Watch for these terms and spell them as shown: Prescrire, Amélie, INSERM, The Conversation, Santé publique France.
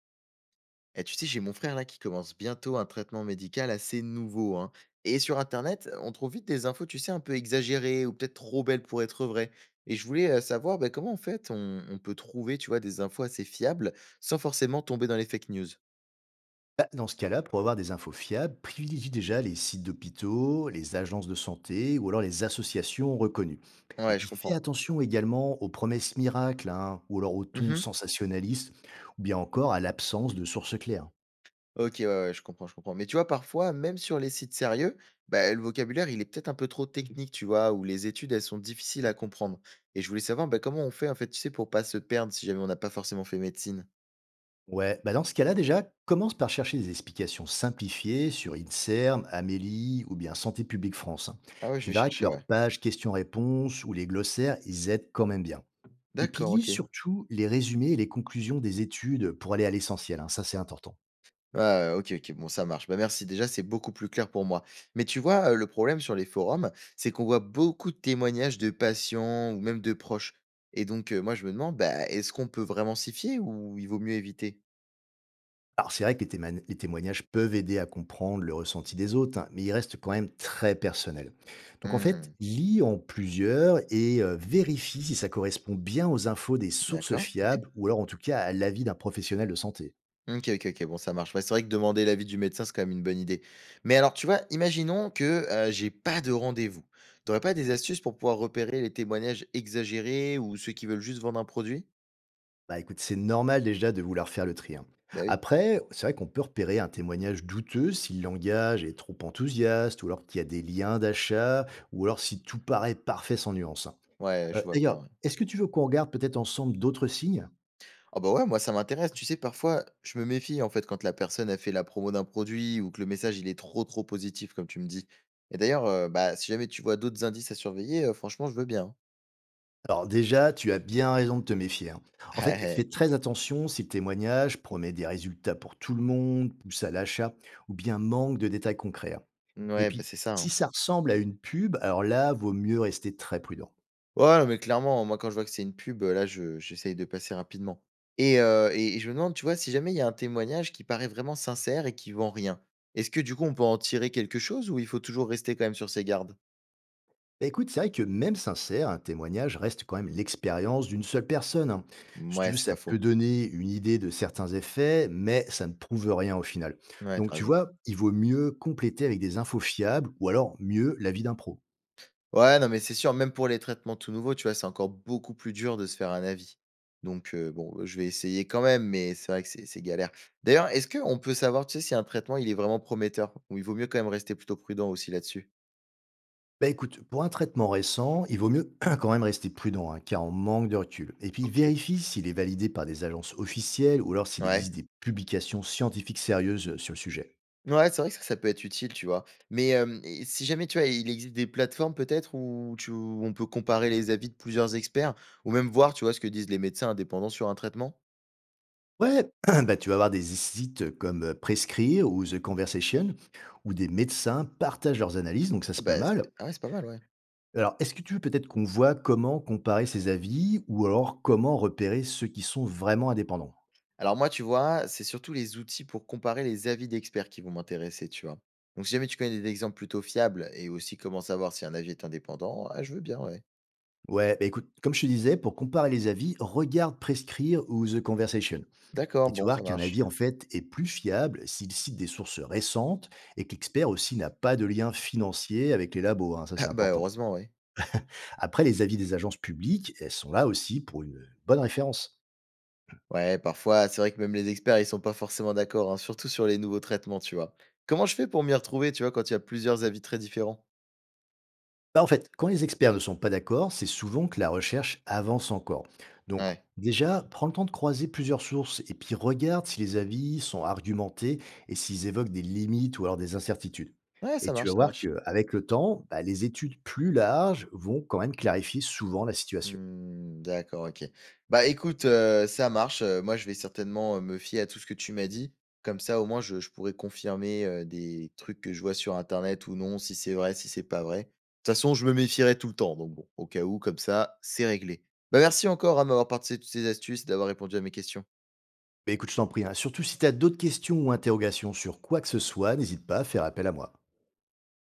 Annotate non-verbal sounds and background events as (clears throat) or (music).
Eh, tu sais, j'ai mon frère là qui commence bientôt un traitement médical assez nouveau, hein. Et sur Internet, on trouve vite des infos, tu sais, un peu exagérées ou peut-être trop belles pour être vraies. Et je voulais savoir, bah, comment en fait on peut trouver, tu vois, des infos assez fiables sans forcément tomber dans les fake news. Bah, dans ce cas-là, pour avoir des infos fiables, privilégie déjà les sites d'hôpitaux, les agences de santé ou alors les associations reconnues. Et Ouais, je puis fais comprends. attention également aux promesses miracles, hein, ou alors au ton Mhm. sensationnaliste, ou bien encore à l'absence de sources claires. Ok, ouais, ouais, je comprends, je comprends. Mais tu vois, parfois, même sur les sites sérieux, bah, le vocabulaire, il est peut-être un peu trop technique, tu vois, ou les études, elles sont difficiles à comprendre. Et je voulais savoir, bah, comment on fait, en fait, tu sais, pour pas se perdre si jamais on n'a pas forcément fait médecine. Ouais, bah dans ce cas-là déjà, commence par chercher des explications simplifiées sur INSERM, Amélie ou bien Santé publique France, hein. Ah ouais, je Tu vais verras que chercher, leurs ouais. pages questions-réponses ou les glossaires, ils aident quand même bien. Et puis D'accord, lis OK. surtout les résumés et les conclusions des études pour aller à l'essentiel, hein, ça c'est important. Ah, OK, OK, bon, ça marche. Bah, merci, déjà, c'est beaucoup plus clair pour moi. Mais tu vois, le problème sur les forums, c'est qu'on voit beaucoup de témoignages de patients ou même de proches. Et donc, moi, je me demande, bah, est-ce qu'on peut vraiment s'y fier ou il vaut mieux éviter? Alors c'est vrai que les témoignages peuvent aider à comprendre le ressenti des autres, hein, mais ils restent quand même très personnels. Donc en fait, Mmh, lis en plusieurs et vérifie si ça correspond bien aux infos des sources d'accord, OK. fiables ou alors en tout cas à l'avis d'un professionnel de santé. OK, OK, OK, bon, ça marche. Ouais, c'est vrai que demander l'avis du médecin, c'est quand même une bonne idée. Mais alors, tu vois, imaginons que, j'ai pas de rendez-vous. T'aurais pas des astuces pour pouvoir repérer les témoignages exagérés ou ceux qui veulent juste vendre un produit? Bah écoute, c'est normal déjà de vouloir faire le tri, hein. Bah, oui. Après, c'est vrai qu'on peut repérer un témoignage douteux si le langage est trop enthousiaste, ou alors qu'il y a des liens d'achat, ou alors si tout paraît parfait sans nuance, hein. Ouais, je vois D'ailleurs, bien, ouais. est-ce que tu veux qu'on regarde peut-être ensemble d'autres signes? Ah bah ouais, moi ça m'intéresse. Tu sais, parfois, je me méfie en fait quand la personne a fait la promo d'un produit ou que le message il est trop trop positif, comme tu me dis. Et d'ailleurs, bah, si jamais tu vois d'autres indices à surveiller, franchement, je veux bien. Alors déjà, tu as bien raison de te méfier, hein. En fait, Hein. fais (laughs) très attention si le témoignage promet des résultats pour tout le monde, pousse à l'achat, ou bien manque de détails concrets, hein. Ouais, Et ouais, bah, puis, c'est ça, si hein. ça ressemble à une pub, alors là, vaut mieux rester très prudent. Ouais, non, mais clairement, moi quand je vois que c'est une pub, là, j'essaye de passer rapidement. Et je me demande, tu vois, si jamais il y a un témoignage qui paraît vraiment sincère et qui vend rien, est-ce que du coup on peut en tirer quelque chose ou il faut toujours rester quand même sur ses gardes? Bah, écoute, c'est vrai que même sincère, un témoignage reste quand même l'expérience d'une seule personne, hein. Si tu Ouais, veux, c'est ça pas faux. peut donner une idée de certains effets, mais ça ne prouve rien au final. Ouais, Donc t'as tu raison. vois, il vaut mieux compléter avec des infos fiables ou alors mieux l'avis d'un pro. Ouais, non, mais c'est sûr, même pour les traitements tout nouveaux, tu vois, c'est encore beaucoup plus dur de se faire un avis. Donc, bon, je vais essayer quand même, mais c'est vrai que c'est galère. D'ailleurs, est-ce qu'on peut savoir, tu sais, si un traitement, il est vraiment prometteur? Ou il vaut mieux quand même rester plutôt prudent aussi là-dessus? Bah écoute, pour un traitement récent, il vaut mieux (clears throat) quand même rester prudent, hein, car on manque de recul. Et puis OK. vérifie s'il est validé par des agences officielles ou alors s'il existe Ouais. des publications scientifiques sérieuses sur le sujet. Ouais, c'est vrai que ça peut être utile, tu vois? Mais, et si jamais, tu vois, il existe des plateformes peut-être où on peut comparer les avis de plusieurs experts ou même voir, tu vois, ce que disent les médecins indépendants sur un traitement? Ouais, (clears throat) bah, tu vas avoir des sites comme Prescrire ou The Conversation, où des médecins partagent leurs analyses, donc ça Ah c'est pas bah, mal. c'est ah ouais, c'est pas mal, ouais. Alors, est-ce que tu veux peut-être qu'on voit comment comparer ces avis ou alors comment repérer ceux qui sont vraiment indépendants? Alors moi, tu vois, c'est surtout les outils pour comparer les avis d'experts qui vont m'intéresser, tu vois. Donc si jamais tu connais des exemples plutôt fiables et aussi comment savoir si un avis est indépendant, ah, je veux bien, ouais. Ouais, bah écoute, comme je te disais, pour comparer les avis, regarde Prescrire ou The Conversation. D'accord, Et tu bon, vois ça qu'un marche. avis, en (laughs) fait, est plus fiable s'il cite des sources récentes et que l'expert aussi n'a pas de lien financier avec les labos, hein, ça Ah c'est bah important. heureusement, ouais. Après, les avis des agences publiques, elles sont là aussi pour une bonne référence. Ouais, parfois, c'est vrai que même les experts, ils sont pas forcément d'accord, hein, surtout sur les nouveaux traitements, tu vois. Comment je fais pour m'y retrouver, tu vois, quand il y a plusieurs avis très différents? Bah, en fait, quand les experts ne sont pas d'accord, c'est souvent que la recherche avance encore. Donc, Ouais. déjà, prends le temps de croiser plusieurs sources et puis regarde si les avis sont argumentés et s'ils évoquent des limites ou alors des incertitudes. Ouais, Et ça tu marche, vas ça voir marche. qu'avec le temps, bah, les études plus larges vont quand même clarifier souvent la situation. Mmh, d'accord, OK. Bah, écoute, ça marche, moi, je vais certainement, me fier à tout ce que tu m'as dit. Comme ça, au moins, je pourrais confirmer, des trucs que je vois sur internet ou non, si c'est vrai, si c'est pas vrai. De toute façon, je me méfierai tout le temps, donc bon, au cas où, comme ça, c'est réglé. Bah, merci encore, à m'avoir partagé toutes ces astuces et d'avoir répondu à mes questions. Mais écoute, je t'en prie, hein, surtout si tu as d'autres questions ou interrogations sur quoi que ce soit, n'hésite pas à faire appel à moi.